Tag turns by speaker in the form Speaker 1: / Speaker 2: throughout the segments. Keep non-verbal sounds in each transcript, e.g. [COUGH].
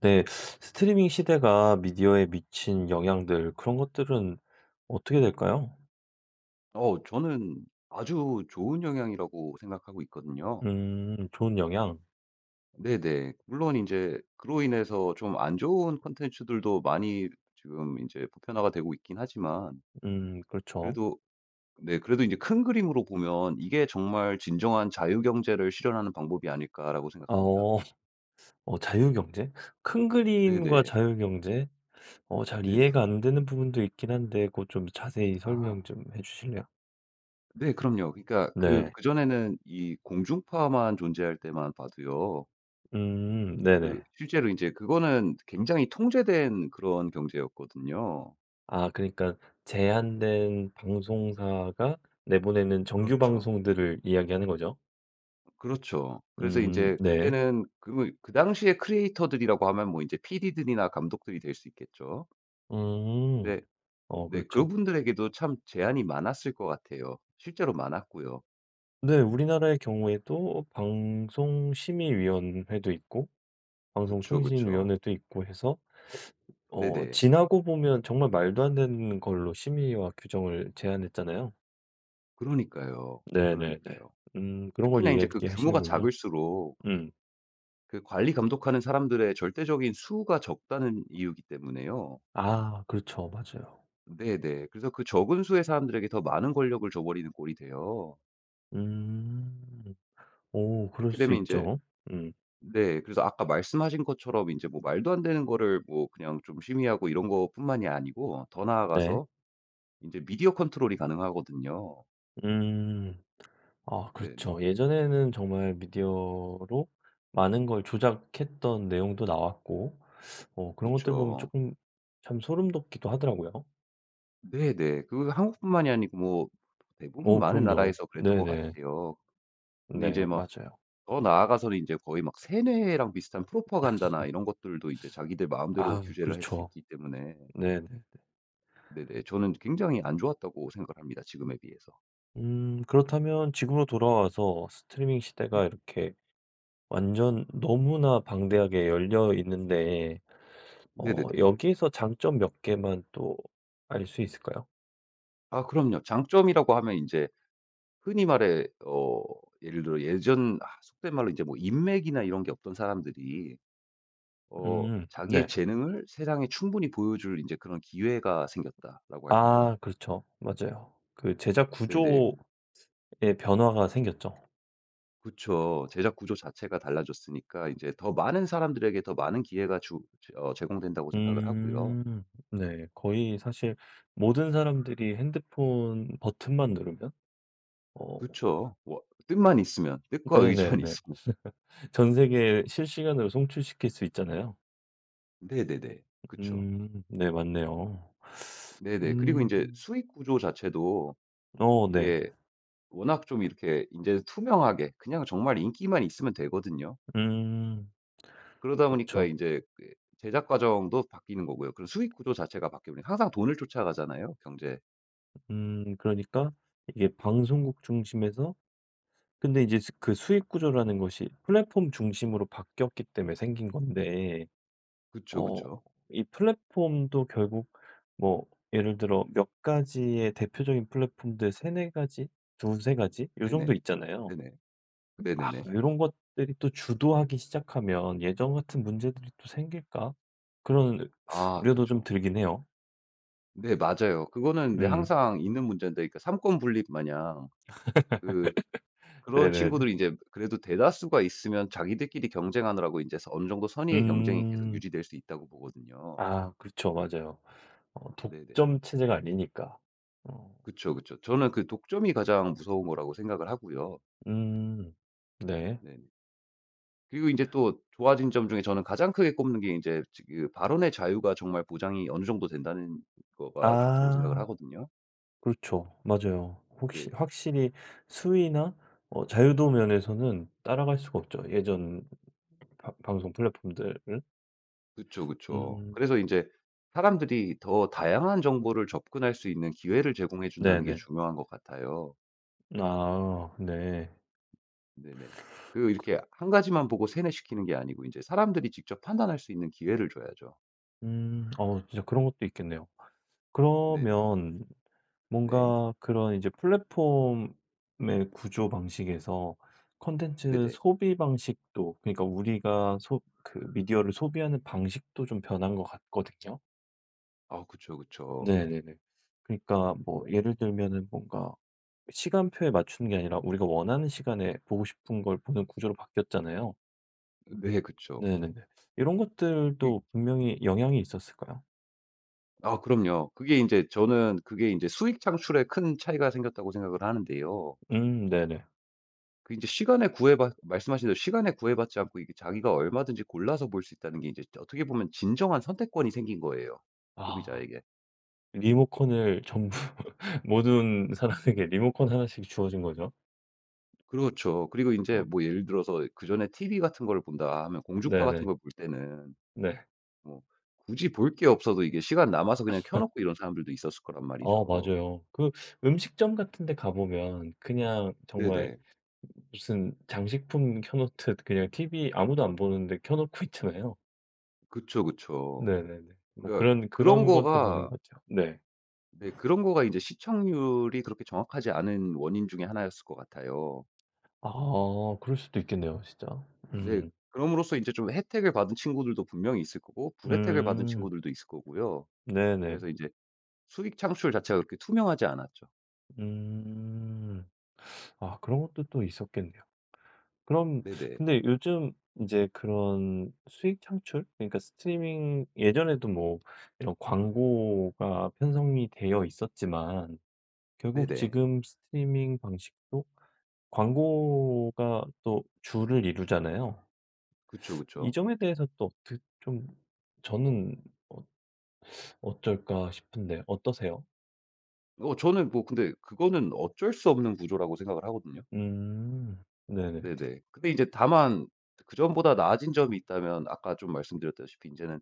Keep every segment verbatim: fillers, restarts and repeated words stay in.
Speaker 1: 네. 스트리밍 시대가 미디어에 미친 영향들 그런 것들은 어떻게 될까요?
Speaker 2: 어 저는 아주 좋은 영향이라고 생각하고 있거든요.
Speaker 1: 음 좋은 영향.
Speaker 2: 네네. 물론 이제 그로 인해서 좀 안 좋은 콘텐츠들도 많이 지금 이제 보편화가 되고 있긴 하지만
Speaker 1: 음 그렇죠.
Speaker 2: 그래도 네 그래도 이제 큰 그림으로 보면 '이게 정말 진정한 자유 경제를 실현하는 방법이 아닐까.'라고 생각합니다.
Speaker 1: 어 어 자유경제? 큰 그림과
Speaker 2: 네네.
Speaker 1: 자유경제? 어 잘
Speaker 2: 네네.
Speaker 1: 이해가 안 되는 부분도 있긴 한데 고 좀 자세히 설명
Speaker 2: 아
Speaker 1: 좀 해 주실래요?
Speaker 2: 네 그럼요. 그러니까
Speaker 1: 네.
Speaker 2: 그
Speaker 1: 네.
Speaker 2: 그전에는 이 공중파만 존재할 때만 봐도요.
Speaker 1: 음
Speaker 2: 그
Speaker 1: 네네.
Speaker 2: 실제로 이제 그거는 굉장히 통제된 그런 경제였거든요.
Speaker 1: 아 그러니까 제한된 방송사가 내보내는 정규
Speaker 2: 그렇죠.
Speaker 1: 방송들을 이야기하는 거죠?
Speaker 2: 그렇죠. 그래서
Speaker 1: 음
Speaker 2: 인제
Speaker 1: 네.
Speaker 2: 그때는 그 그 당시에 크리에이터들이라고 하면 뭐 인제 피디들이나 감독들이 될 수 있겠죠.
Speaker 1: 음.
Speaker 2: 근데
Speaker 1: 어
Speaker 2: 네
Speaker 1: 그렇죠.
Speaker 2: 그분들에게도 참 제한이 많았을 것 같아요. 실제로 많았고요.
Speaker 1: 네. 우리나라의 경우에도 방송심의위원회도 있고
Speaker 2: 그쵸, 그쵸.
Speaker 1: 방송통신위원회도 있고 해서 어
Speaker 2: 네네.
Speaker 1: 지나고 보면 정말 말도 안 되는 걸로 심의와 규정을 제안했잖아요.
Speaker 2: 그러니까요.
Speaker 1: 네네네.
Speaker 2: 그러니까요.
Speaker 1: 음. 그런 걸
Speaker 2: 특히나
Speaker 1: 얘
Speaker 2: 인제 그
Speaker 1: 기하시는
Speaker 2: 규모가
Speaker 1: 군요
Speaker 2: 작을수록
Speaker 1: 음.
Speaker 2: 그 관리 감독하는 사람들의 절대적인 수가 적다는 이유이기 때문에요.
Speaker 1: 아 그렇죠. 맞아요.
Speaker 2: 네네. 그래서 그 적은 수의 사람들에게 더 많은 권력을 줘 버리는 꼴이 돼요.
Speaker 1: 음. 오 그럴
Speaker 2: 그렇게
Speaker 1: 수
Speaker 2: 되면 인제
Speaker 1: 있죠. 음.
Speaker 2: 네. 그래서 아까 말씀하신 것처럼 이제 뭐 말도 안 되는 거를 뭐 그냥 좀 심의하고 이런 것뿐만이 아니고 더
Speaker 1: 네.
Speaker 2: 나아가서 이제 미디어 컨트롤이 가능하거든요.
Speaker 1: 음. 아
Speaker 2: 네네.
Speaker 1: 그렇죠. 예전에는 정말 미디어로 많은 걸 조작했던 내용도 나왔고 어 그런 것들 보면
Speaker 2: 그쵸.
Speaker 1: 조금 참 소름 돋기도 하더라고요.
Speaker 2: 네네. 그 한국뿐만이 아니고 뭐 대부분
Speaker 1: 어
Speaker 2: 많은
Speaker 1: 그럼요.
Speaker 2: 나라에서 그랬던 것
Speaker 1: 네네.
Speaker 2: 같아요. 근데 이제
Speaker 1: 네
Speaker 2: 막
Speaker 1: 맞아요.
Speaker 2: 더 나아가서는 이제 거의 막 세뇌랑 비슷한 프로파간다나 이런 것들도 이제 자기들 마음대로
Speaker 1: 아
Speaker 2: 규제를 할 수
Speaker 1: 그렇죠.
Speaker 2: 있기 때문에
Speaker 1: 네네.
Speaker 2: 네네 저는 굉장히 안 좋았다고 생각을 합니다, 지금에 비해서.
Speaker 1: 음 그렇다면 지금으로 돌아와서 스트리밍
Speaker 2: 네.
Speaker 1: 시대가 이렇게 완전 너무나 방대하게 열려 있는데 어
Speaker 2: 네네네.
Speaker 1: 여기에서 장점 몇 개만 또 알 수 있을까요?
Speaker 2: 아 그럼요. 장점이라고 하면 이제 흔히 말해 어 예를 들어 예전 아 속된 말로 이제 뭐 인맥이나 이런 게 없던 사람들이 어
Speaker 1: 음
Speaker 2: 자기의
Speaker 1: 네.
Speaker 2: 재능을 세상에 충분히 보여줄 인제 그런 기회가 생겼다라고 할까요?
Speaker 1: 아 그렇죠. 맞아요. 그 제작
Speaker 2: 네네.
Speaker 1: 구조의 변화가 생겼죠.
Speaker 2: 그쵸. 제작 구조 자체가 달라졌으니까 인제 더 많은 사람들에게 더 많은 기회가 주 제 어 제공된다고 생각을 하고요.
Speaker 1: 음. 네. 거의 사실 모든 사람들이 핸드폰 버튼만 누르면 어
Speaker 2: 그쵸. 워 뜻만 있으면, 뜻과 의지만
Speaker 1: 네네네.
Speaker 2: 있으면.
Speaker 1: 전 세계에 실시간으로 송출시킬 수 있잖아요.
Speaker 2: 네네네. 그쵸.
Speaker 1: 음. 네 맞네요.
Speaker 2: 네네. 그리고 인제
Speaker 1: 음.
Speaker 2: 수익 구조 자체도
Speaker 1: 어 네.
Speaker 2: 이게 워낙 좀 이렇게 이제 투명하게 그냥 정말 인기만 있으면 되거든요.
Speaker 1: 음.
Speaker 2: 그러다 보니까 이
Speaker 1: 그렇죠.
Speaker 2: 제 그 제작 과정도 바뀌는 거고요. 그리고 수익 구조 자체가 바뀌면 항상 돈을 쫓아가잖아요, 경제.
Speaker 1: 음 그러니까 이게 방송국 중심에서 근데 이제 그 수익 구조라는 것이 플랫폼 중심으로 바뀌었기 때문에 생긴 건데
Speaker 2: 그쵸,
Speaker 1: 어
Speaker 2: 그쵸.
Speaker 1: 이 플랫폼도 결국 뭐 예를 들어 몇 가지의 대표적인 플랫폼들 세네 가지, 두세 가지 요 정도
Speaker 2: 네네.
Speaker 1: 있잖아요.
Speaker 2: 네네.
Speaker 1: 아
Speaker 2: 네네네.
Speaker 1: 요런 것들이 또 주도하기 시작하면 예전 같은 문제들이 또 생길까? 그런
Speaker 2: 아
Speaker 1: 우려도 좀
Speaker 2: 그쵸.
Speaker 1: 들긴 해요.
Speaker 2: 네 맞아요. 그거는 근데
Speaker 1: 음.
Speaker 2: 항상 있는 문제인데 그러니까 삼권분립 마냥 그 그런
Speaker 1: 네네네.
Speaker 2: 친구들이 이제 그래도 대다수가 있으면 자기들끼리 경쟁하느라고 이제 어느 정도 선의의 경쟁이 계속
Speaker 1: 음.
Speaker 2: 유지될 수 있다고 보거든요.
Speaker 1: 아 그렇죠. 맞아요. 어
Speaker 2: 네네.
Speaker 1: 독점 체제가 아니니까. 어.
Speaker 2: 그쵸, 그쵸. 저는 그 독점이 가장 무서운 거라고 생각을 하고요.
Speaker 1: 음. 네.
Speaker 2: 네네. 그리고 인제 또 좋아진 점 중에 저는 가장 크게 꼽는 게 인제 지 그 발언의 자유가 정말 보장이 어느 정도 된다는 거가 좋다고 생각을
Speaker 1: 아.
Speaker 2: 하거든요.
Speaker 1: 그렇죠. 맞아요.
Speaker 2: 네.
Speaker 1: 혹시 확실히 수위나 어 자유도 면에서는 따라갈 수가 없죠, 예전 바 방송 플랫폼들은.
Speaker 2: 그쵸, 그쵸.
Speaker 1: 음.
Speaker 2: 그래서 인제 사람들이 더 다양한 정보를 접근할 수 있는 기회를 제공해 준다는 게
Speaker 1: 네네.
Speaker 2: 중요한 것 같아요.
Speaker 1: 아 네.
Speaker 2: 네네. 그 이렇게 한 가지만 보고 세뇌시키는 게 아니고 인제 사람들이 직접 판단할 수 있는 기회를 줘야죠.
Speaker 1: 음. 어 진짜 그런 것도 있겠네요.
Speaker 2: 네네.
Speaker 1: 그러면
Speaker 2: 네.
Speaker 1: 뭔가 그런 이제 플랫폼의 구조 방식에서 콘텐츠
Speaker 2: 네네.
Speaker 1: 소비 방식도 그러니까 우리가 소 그 미디어를 소비하는 방식도 좀 변한 것 같거든요.
Speaker 2: 아 그쵸, 그쵸.
Speaker 1: 네네네. 그러니까 뭐 예를 들면은 뭔가 시간표에 맞추는 게 아니라 우리가 원하는 시간에 보고 싶은 걸 보는 구조로 바뀌었잖아요.
Speaker 2: 네 그쵸.
Speaker 1: 네네네. 이런
Speaker 2: 이
Speaker 1: 것들도 분명히 영향이 있었을까요?
Speaker 2: 아 그럼요. 그게 인제 저는 그게 인제 수익 창출에 큰 차이가 생겼다고 생각을 하는데요.
Speaker 1: 음 네네.
Speaker 2: 그 인제 시간에 구애받 말씀하신 대로 시간에 구애받지 않고 이게 자기가 얼마든지 골라서 볼 수 있다는 게 이제 어떻게 보면 진정한 선택권이 생긴 거예요,
Speaker 1: 아
Speaker 2: 소비자에게.
Speaker 1: 리모컨을 전부 [LAUGHS] 모든 사람에게 리모컨 하나씩 주어진 거죠.
Speaker 2: 그렇죠. 그리고 인제
Speaker 1: 어
Speaker 2: 뭐 예를 들어서 그전에 티브이 같은 거를 본다 하면 공중파 같은
Speaker 1: 네네.
Speaker 2: 걸 볼 때는
Speaker 1: 네.
Speaker 2: 뭐 굳이 볼게 없어도 이게 시간 남아서 그냥 켜 놓고 이런 사람들도 있었을 거란
Speaker 1: 어
Speaker 2: 말이죠.
Speaker 1: 맞아요. 그 음식점 같은 데 가 보면 그냥 정말
Speaker 2: 네네.
Speaker 1: 무슨 장식품 켜 놓듯 그냥 티비 아무도 안 보는데 켜 놓고 있잖아요.
Speaker 2: 그쵸, 그쵸.
Speaker 1: 네네네. 뭐
Speaker 2: 그러니까
Speaker 1: 그런
Speaker 2: 그런
Speaker 1: 그런 것도 보는
Speaker 2: 거가
Speaker 1: 거죠. 네.
Speaker 2: 네. 그런 거가 이제 시청률이 그렇게 정확하지 않은 원인 중에 하나였을 것 같아요.
Speaker 1: 아 그럴 수도 있겠네요 진짜.
Speaker 2: 네.
Speaker 1: 음.
Speaker 2: 그럼으로써 이제 좀 혜택을 받은 친구들도 분명히 있을 거고 불혜택을 받은
Speaker 1: 음.
Speaker 2: 친구들도 있을 거고요.
Speaker 1: 네네.
Speaker 2: 그래서 이제 수익 창출 자체가 그렇게 투명하지 않았죠.
Speaker 1: 음. 아 그런 것도 또 있었겠네요. 그럼
Speaker 2: 네네.
Speaker 1: 근데 요즘 인제 그런 수익 창출? 그러니까 스트리밍 예전에도 뭐 이런 광고가 편성이 되어 있었지만 결국
Speaker 2: 네네.
Speaker 1: 지금 스트리밍 방식도 광고가 또 주를 이루잖아요.
Speaker 2: 그쵸,
Speaker 1: 이
Speaker 2: 그쵸.
Speaker 1: 점에 대해서 또 어떻 좀 저는 어 어쩔까 싶은데 어떠세요?
Speaker 2: 어 저는 뭐 근데 그거는 어쩔 수 없는 구조라고 생각을 하거든요.
Speaker 1: 음. 네네.
Speaker 2: 네네. 근데 이제 다만 그전보다 나아진 점이 있다면 아까 좀 말씀드렸다시피 이제는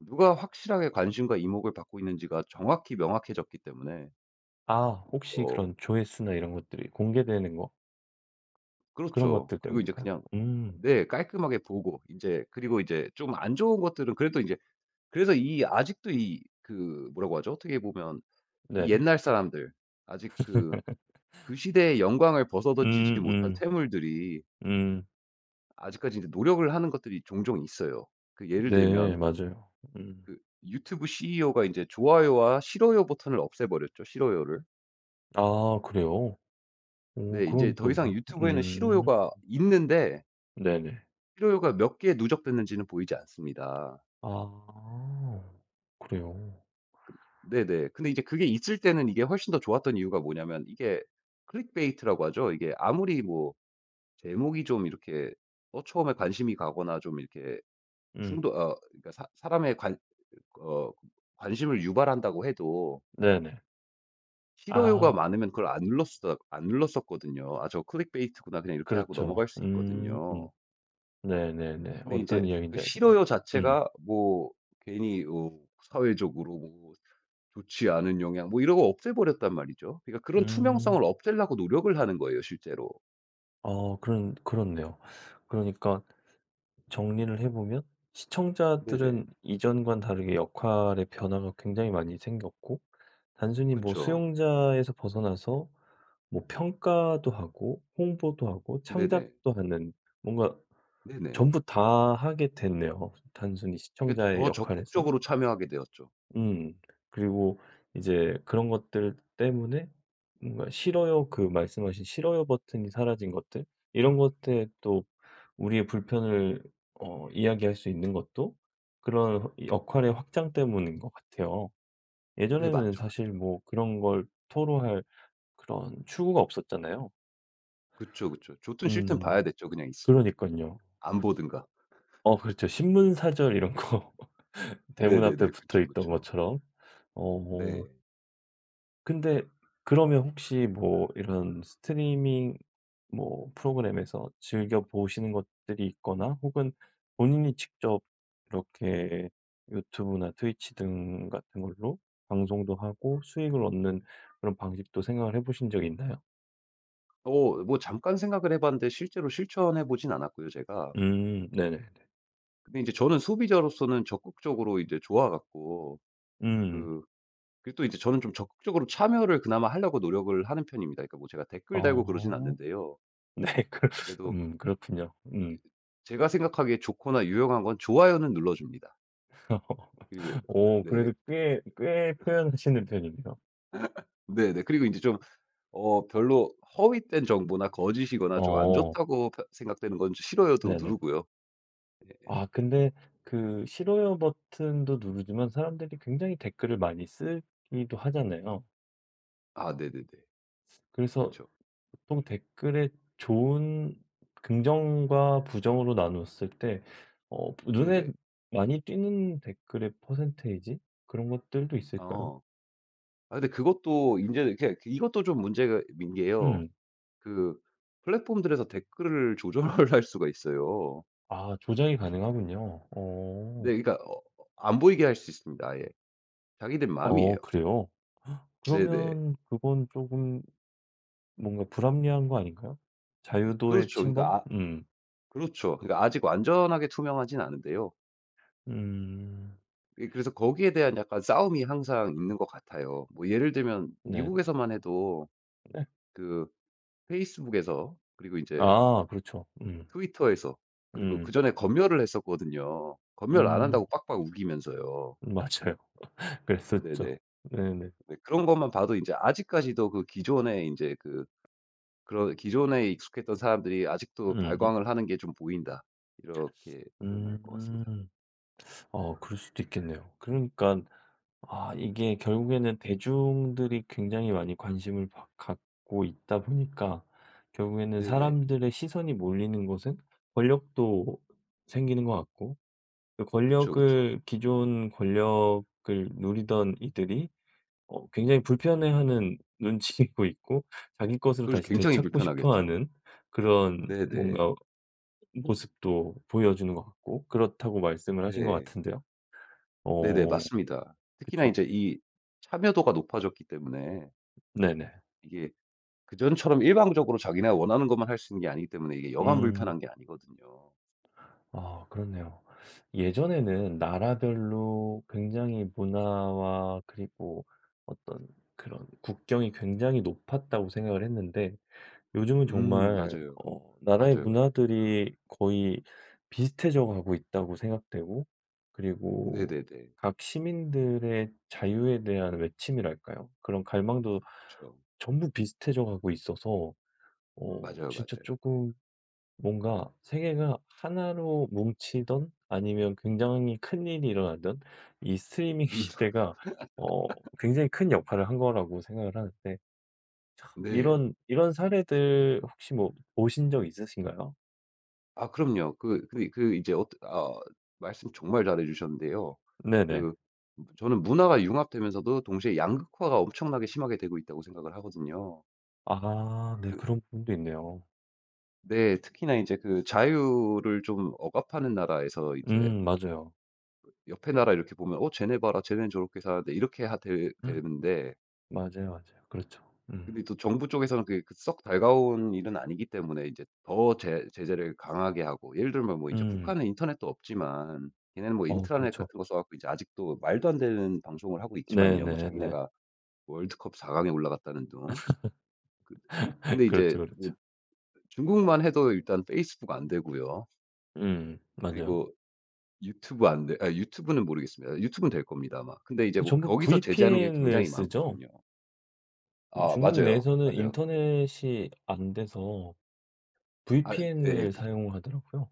Speaker 2: 누가 확실하게 관심과 이목을 받고 있는지가 정확히 명확해졌기 때문에
Speaker 1: 아 혹시
Speaker 2: 어
Speaker 1: 그런 조회수나 이런 것들이 공개되는 거 그런
Speaker 2: 그렇죠.
Speaker 1: 것들
Speaker 2: 그리고 이제
Speaker 1: 때문일까요?
Speaker 2: 그냥
Speaker 1: 음.
Speaker 2: 네 깔끔하게 보고 인제 그리고 이제 좀 안 좋은 것들은 그래도 인제 그래서 이 아직도 이 그 뭐라고 하죠? 어떻게 보면 이
Speaker 1: 네네.
Speaker 2: 옛날 사람들 아직 그, 그 시대의 영광을 벗어던지지 못한
Speaker 1: 음음.
Speaker 2: 퇴물들이
Speaker 1: 음.
Speaker 2: 아직까지 인제 노력을 하는 것들이 종종 있어요. 그 예를
Speaker 1: 네
Speaker 2: 들면
Speaker 1: 맞아요. 음.
Speaker 2: 그 유튜브 씨이오가 인제 좋아요와 싫어요 버튼을 없애버렸죠, 싫어요를.
Speaker 1: 아 그래요? 오
Speaker 2: 네 인제
Speaker 1: 그건
Speaker 2: 더
Speaker 1: 또
Speaker 2: 이상
Speaker 1: 뭐
Speaker 2: 유튜브에는
Speaker 1: 음.
Speaker 2: 싫어요가 있는데
Speaker 1: 네네.
Speaker 2: 싫어요가 몇 개 누적됐는지는 보이지 않습니다.
Speaker 1: 아. 그래요.
Speaker 2: 네네. 근데 이제 그게 있을 때는 이게 훨씬 더 좋았던 이유가 뭐냐면 이게 클릭베이트라고 하죠. 이게 아무리 뭐 제목이 좀 이렇게 어 처음에 관심이 가거나 좀 이렇게
Speaker 1: 음.
Speaker 2: 충동 어 그러니까 사 사람의 관 어 관심을 유발한다고 해도
Speaker 1: 네네. 아
Speaker 2: 싫어요가 많으면 그걸 안 눌렀었 안 눌렀었거든요. '아 저 클릭베이트구나.' 그냥 이렇게 하고
Speaker 1: 그렇죠.
Speaker 2: 넘어갈 수
Speaker 1: 음.
Speaker 2: 있거든요.
Speaker 1: 네네네.
Speaker 2: 근데 이제
Speaker 1: 어떤
Speaker 2: 그
Speaker 1: 이야기인지 알겠네요.
Speaker 2: 싫어요
Speaker 1: 음.
Speaker 2: 자체가 뭐 괜히 어 사회적으로 뭐 좋지 않은 영향 뭐 이런 거 없애버렸단 말이죠. 그러니까 그런 투명성을
Speaker 1: 음.
Speaker 2: 없애려고 노력을 하는 거예요 실제로.
Speaker 1: 어 그런 그렇네요. 그러니까 정리를 해 보면
Speaker 2: 네네.
Speaker 1: 시청자들은 이전과는 다르게 역할의 변화가 굉장히 많이 생겼고 단순히 뭐
Speaker 2: 그쵸.
Speaker 1: 수용자에서 벗어나서 뭐 평가도 하고 홍보도 하고
Speaker 2: 네네.
Speaker 1: 창작도 하는 뭔가
Speaker 2: 네네.
Speaker 1: 전부 다 하게 됐네요, 단순히
Speaker 2: 그러니까
Speaker 1: 시청자의
Speaker 2: 더
Speaker 1: 역할에서.
Speaker 2: 적극적으로 참여하게 되었죠.
Speaker 1: 음. 그리고 이제 그런 것들 때문에 뭔가 싫어요 그 말씀하신 싫어요 버튼이 사라진 것들 이런 것들에 또 우리의 불편을 어 이야기할 수 있는 것도 그런 역할의 확장 때문인 것 같아요.
Speaker 2: 네
Speaker 1: 예전에는
Speaker 2: 맞죠,
Speaker 1: 사실
Speaker 2: 맞죠.
Speaker 1: 뭐 그런 걸 토로할 그런 추구가 없었잖아요.
Speaker 2: 그쵸, 그쵸. 좋든 싫든
Speaker 1: 음.
Speaker 2: 봐야 됐죠 그냥 있으면.
Speaker 1: 그러니깐요.
Speaker 2: 안 보든가.
Speaker 1: 어 그렇죠. 신문사절 이런 거 [LAUGHS] 대문 앞에
Speaker 2: 네네네.
Speaker 1: 붙어
Speaker 2: 그쵸,
Speaker 1: 있던
Speaker 2: 그쵸.
Speaker 1: 것처럼. 어. 뭐
Speaker 2: 네.
Speaker 1: 근데 그러면 혹시 뭐 이런 스트리밍 뭐 프로그램에서 즐겨 보시는 것들이 있거나 혹은 본인이 직접 이렇게 유튜브나 트위치 등 같은 걸로 방송도 하고 수익을 얻는 그런 방식도 생각을 해 보신 적이 있나요?
Speaker 2: 어 뭐 잠깐 생각을 해 봤는데 실제로 실천해 보진 않았고요 제가.
Speaker 1: 음 네네네.
Speaker 2: 근데 이제 저는 소비자로서는 적극적으로 이제 좋아 갖고
Speaker 1: 음.
Speaker 2: 그 그리고 또 이제 저는 좀 적극적으로 참여를 그나마 하려고 노력을 하는 편입니다. 그러니까 뭐 제가 댓글 달고 그러진
Speaker 1: 어.
Speaker 2: 않는데요.
Speaker 1: [LAUGHS] 네. 그
Speaker 2: 그래도
Speaker 1: 음 그렇군요. 음.
Speaker 2: 제가 생각하기에 좋거나 유용한 건 좋아요는 눌러 줍니다.
Speaker 1: [LAUGHS]
Speaker 2: 그리고
Speaker 1: 어
Speaker 2: 네네.
Speaker 1: 그래도 꽤 꽤 표현하시는 편이네요.
Speaker 2: 네네. 그리고 인제 좀 어 별로 허위된 정보나 거짓이거나 좀 안
Speaker 1: 어.
Speaker 2: 좋다고 펴 생각되는 건 싫어요도
Speaker 1: 네네.
Speaker 2: 누르고요. 예.
Speaker 1: 아 근데 그 싫어요 버튼도 누르지만 사람들이 굉장히 댓글을 많이 쓰기도 하잖아요.
Speaker 2: 아 네네네.
Speaker 1: 그래서
Speaker 2: 그쵸.
Speaker 1: 보통 댓글에 좋은 긍정과 부정으로 나눴을 때 어 눈에
Speaker 2: 네네.
Speaker 1: 많이 띄는 댓글의 퍼센테이지 그런 것들도 있을까요?
Speaker 2: 어. 아 근데 그것도 인제 이렇게 이것도 좀 문제가 민 게요.
Speaker 1: 음.
Speaker 2: 그 플랫폼들에서 댓글을 조절을 [LAUGHS] 할 수가 있어요.
Speaker 1: 아 조작이 가능하군요. 어.
Speaker 2: 네 그러니까 어 안 보이게 할 수 있습니다 아예. 자기들 마음이에요.
Speaker 1: 어 그래요?
Speaker 2: 네네.
Speaker 1: 그러면 그건 조금 뭔가 불합리한 거 아닌가요? 자유도의
Speaker 2: 그렇죠.
Speaker 1: 침범?
Speaker 2: 그러니까 아
Speaker 1: 음.
Speaker 2: 그렇죠. 그러니까 아직 완전하게 투명하진 않은데요.
Speaker 1: 음.
Speaker 2: 예 그래서 거기에 대한 약간 싸움이 항상 있는 것 같아요. 뭐 예를 들면
Speaker 1: 네네.
Speaker 2: 미국에서만 해도 그 페이스북에서 그리고 이제
Speaker 1: 아 그렇죠. 음.
Speaker 2: 트위터에서 그리고
Speaker 1: 음.
Speaker 2: 그전에 검열을 했었거든요. 검열 안 한다고
Speaker 1: 음.
Speaker 2: 빡빡 우기면서요.
Speaker 1: 음, 맞아요. [LAUGHS] 그랬었죠.
Speaker 2: 네네.
Speaker 1: 네네.
Speaker 2: 네 그런 것만 봐도 이제 아직까지도 그 기존의 이제그 그런 기존에 익숙했던 사람들이 아직도
Speaker 1: 음음.
Speaker 2: 발광을 하는 게 좀 보인다. 이렇게 표현할 것 같습니다.
Speaker 1: 음. 어 그럴 수도 있겠네요. 그러니까 아 이게 결국에는 대중들이 굉장히 많이 관심을 바- 갖고 있다 보니까 결국에는
Speaker 2: 네네.
Speaker 1: 사람들의 시선이 몰리는 곳은 권력도 생기는 것 같고 그
Speaker 2: 그쵸, 그쵸.
Speaker 1: 권력을 기존 권력을 누리던 이들이 어 굉장히 불편해하는 [LAUGHS] 눈치이고 있고 자기 것으로
Speaker 2: 그래서
Speaker 1: 다시
Speaker 2: 굉장히
Speaker 1: 되찾고
Speaker 2: 불편하겠죠.
Speaker 1: 싶어하는 그런
Speaker 2: 네네.
Speaker 1: 뭔가 모습도 보여주는 것 같고 그렇다고 말씀을 하신 것
Speaker 2: 네.
Speaker 1: 같은데요.
Speaker 2: 네네.
Speaker 1: 어
Speaker 2: 맞습니다. 특히나
Speaker 1: 그쵸?
Speaker 2: 인제 이 참여도가 높아졌기 때문에
Speaker 1: 네네.
Speaker 2: 이게 그전처럼 일방적으로 자기네가 원하는 것만 할 수 있는 게 아니기 때문에 이게 여간
Speaker 1: 음.
Speaker 2: 불편한 게 아니거든요.
Speaker 1: 아 그렇네요. 예전에는 나라별로 굉장히 문화와 그리고 어떤 그런 국경이 굉장히 높았다고 생각을 했는데 요즘은
Speaker 2: 음
Speaker 1: 정말
Speaker 2: 맞아요.
Speaker 1: 어 나라의
Speaker 2: 맞아요, 맞아요.
Speaker 1: 문화들이 거의 비슷해져 가고 있다고 생각되고 그리고
Speaker 2: 네네네.
Speaker 1: 각 시민들의 자유에 대한 외침이랄까요? 그런 갈망도
Speaker 2: 그쵸.
Speaker 1: 전부 비슷해져 가고 있어서 어
Speaker 2: 맞아요,
Speaker 1: 진짜
Speaker 2: 맞아요.
Speaker 1: 조금 뭔가 세계가 하나로 뭉치던 아니면 굉장히 큰일이 일어나던 이 스트리밍
Speaker 2: 음
Speaker 1: [LAUGHS] 시대가 어 굉장히 큰 역할을 한 거라고 생각을 하는데
Speaker 2: 네.
Speaker 1: 이런 이런 사례들 혹시 뭐 보신 적 있으신가요?
Speaker 2: 아 그럼요. 그 그 그 이제 어 아 말씀 정말 잘해 주셨는데요.
Speaker 1: 네네.
Speaker 2: 그 저는 문화가 융합되면서도 동시에 양극화가 엄청나게 심하게 되고 있다고 생각을 하거든요.
Speaker 1: 아 네
Speaker 2: 그
Speaker 1: 그런 부분도 있네요.
Speaker 2: 네. 특히나 이제 그 자유를 좀 억압하는 나라에서 이제
Speaker 1: 음 맞아요.
Speaker 2: 옆에 나라 이렇게 보면 '어 쟤네 봐라. 쟤네는 저렇게 사는데.' 이렇게 하 되
Speaker 1: 음,
Speaker 2: 되는데
Speaker 1: 맞아요, 맞아요. 그렇죠. 음.
Speaker 2: 근데 또 정부 쪽에서는 그게 그썩 달가운 일은 아니기 때문에 이제 더 제 제재를 강하게 하고 예를 들면 뭐 이제
Speaker 1: 음.
Speaker 2: 북한은 인터넷도 없지만 걔네는 뭐
Speaker 1: 어
Speaker 2: 인트라넷
Speaker 1: 그렇죠.
Speaker 2: 같은 거 써 갖고 이제 아직도 말도 안 되는 방송을 하고 있지만요. 뭐
Speaker 1: 네네네.
Speaker 2: 자기네가 월드컵 사 강 강에 올라갔다는 둥. 그
Speaker 1: [LAUGHS]
Speaker 2: 근데
Speaker 1: 그렇죠,
Speaker 2: 이제 뭐
Speaker 1: 그렇죠.
Speaker 2: 중국만 해도 일단 페이스북 안 되고요.
Speaker 1: 음 맞아요.
Speaker 2: 그리고 유튜브 안 돼 아 유튜브는 모르겠습니다. 유튜브는 될 겁니다 아마. 근데 이제
Speaker 1: 근데
Speaker 2: 뭐
Speaker 1: 전부
Speaker 2: 거기서 제재하는 게
Speaker 1: 브이피엔을
Speaker 2: 굉장히
Speaker 1: 쓰죠.
Speaker 2: 많거든요. 아
Speaker 1: 중국
Speaker 2: 맞아요.
Speaker 1: 내에서는
Speaker 2: 맞아요.
Speaker 1: 인터넷이 안 돼서
Speaker 2: 아 예예.
Speaker 1: 브이피엔을 사용 하더라고요.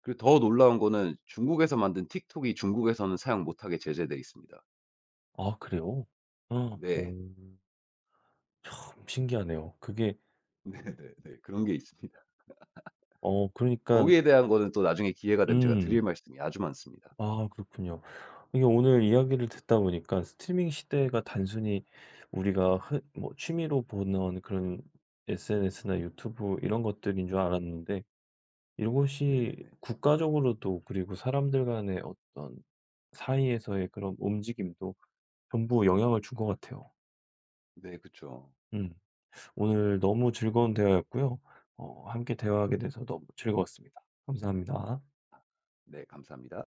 Speaker 2: 그리고 더 놀라운 거는 중국에서 만든 틱톡이 중국에서는 사용 못하게 제재돼 있습니다.
Speaker 1: 아 그래요? 아
Speaker 2: 네.
Speaker 1: 오 참 신기하네요. 그게
Speaker 2: [LAUGHS] 네네네. 그런 게 있습니다.
Speaker 1: 어 그러니까
Speaker 2: 거기에 대한 거는 또 나중에 기회가 되면 제가 드릴
Speaker 1: 음.
Speaker 2: 말씀이 아주 많습니다.
Speaker 1: 아 그렇군요. 이게 오늘 이야기를 듣다 보니까 스트리밍 시대가 단순히 우리가 흔 뭐 취미로 보는 그런 에스엔에스나 유튜브 이런 것들인 줄 알았는데
Speaker 2: 네네네. 네
Speaker 1: 이것이
Speaker 2: 네.
Speaker 1: 국가적으로도 그리고 사람들 간의 어떤 사이에서의 그런 움직임도 전부 영향을 준 것 같아요.
Speaker 2: 네, 그쵸.
Speaker 1: 음. 오늘 너무 즐거운 대화였고요. 어 함께 대화하게 돼서 너무 즐거웠습니다. 감사합니다.
Speaker 2: 네 감사합니다.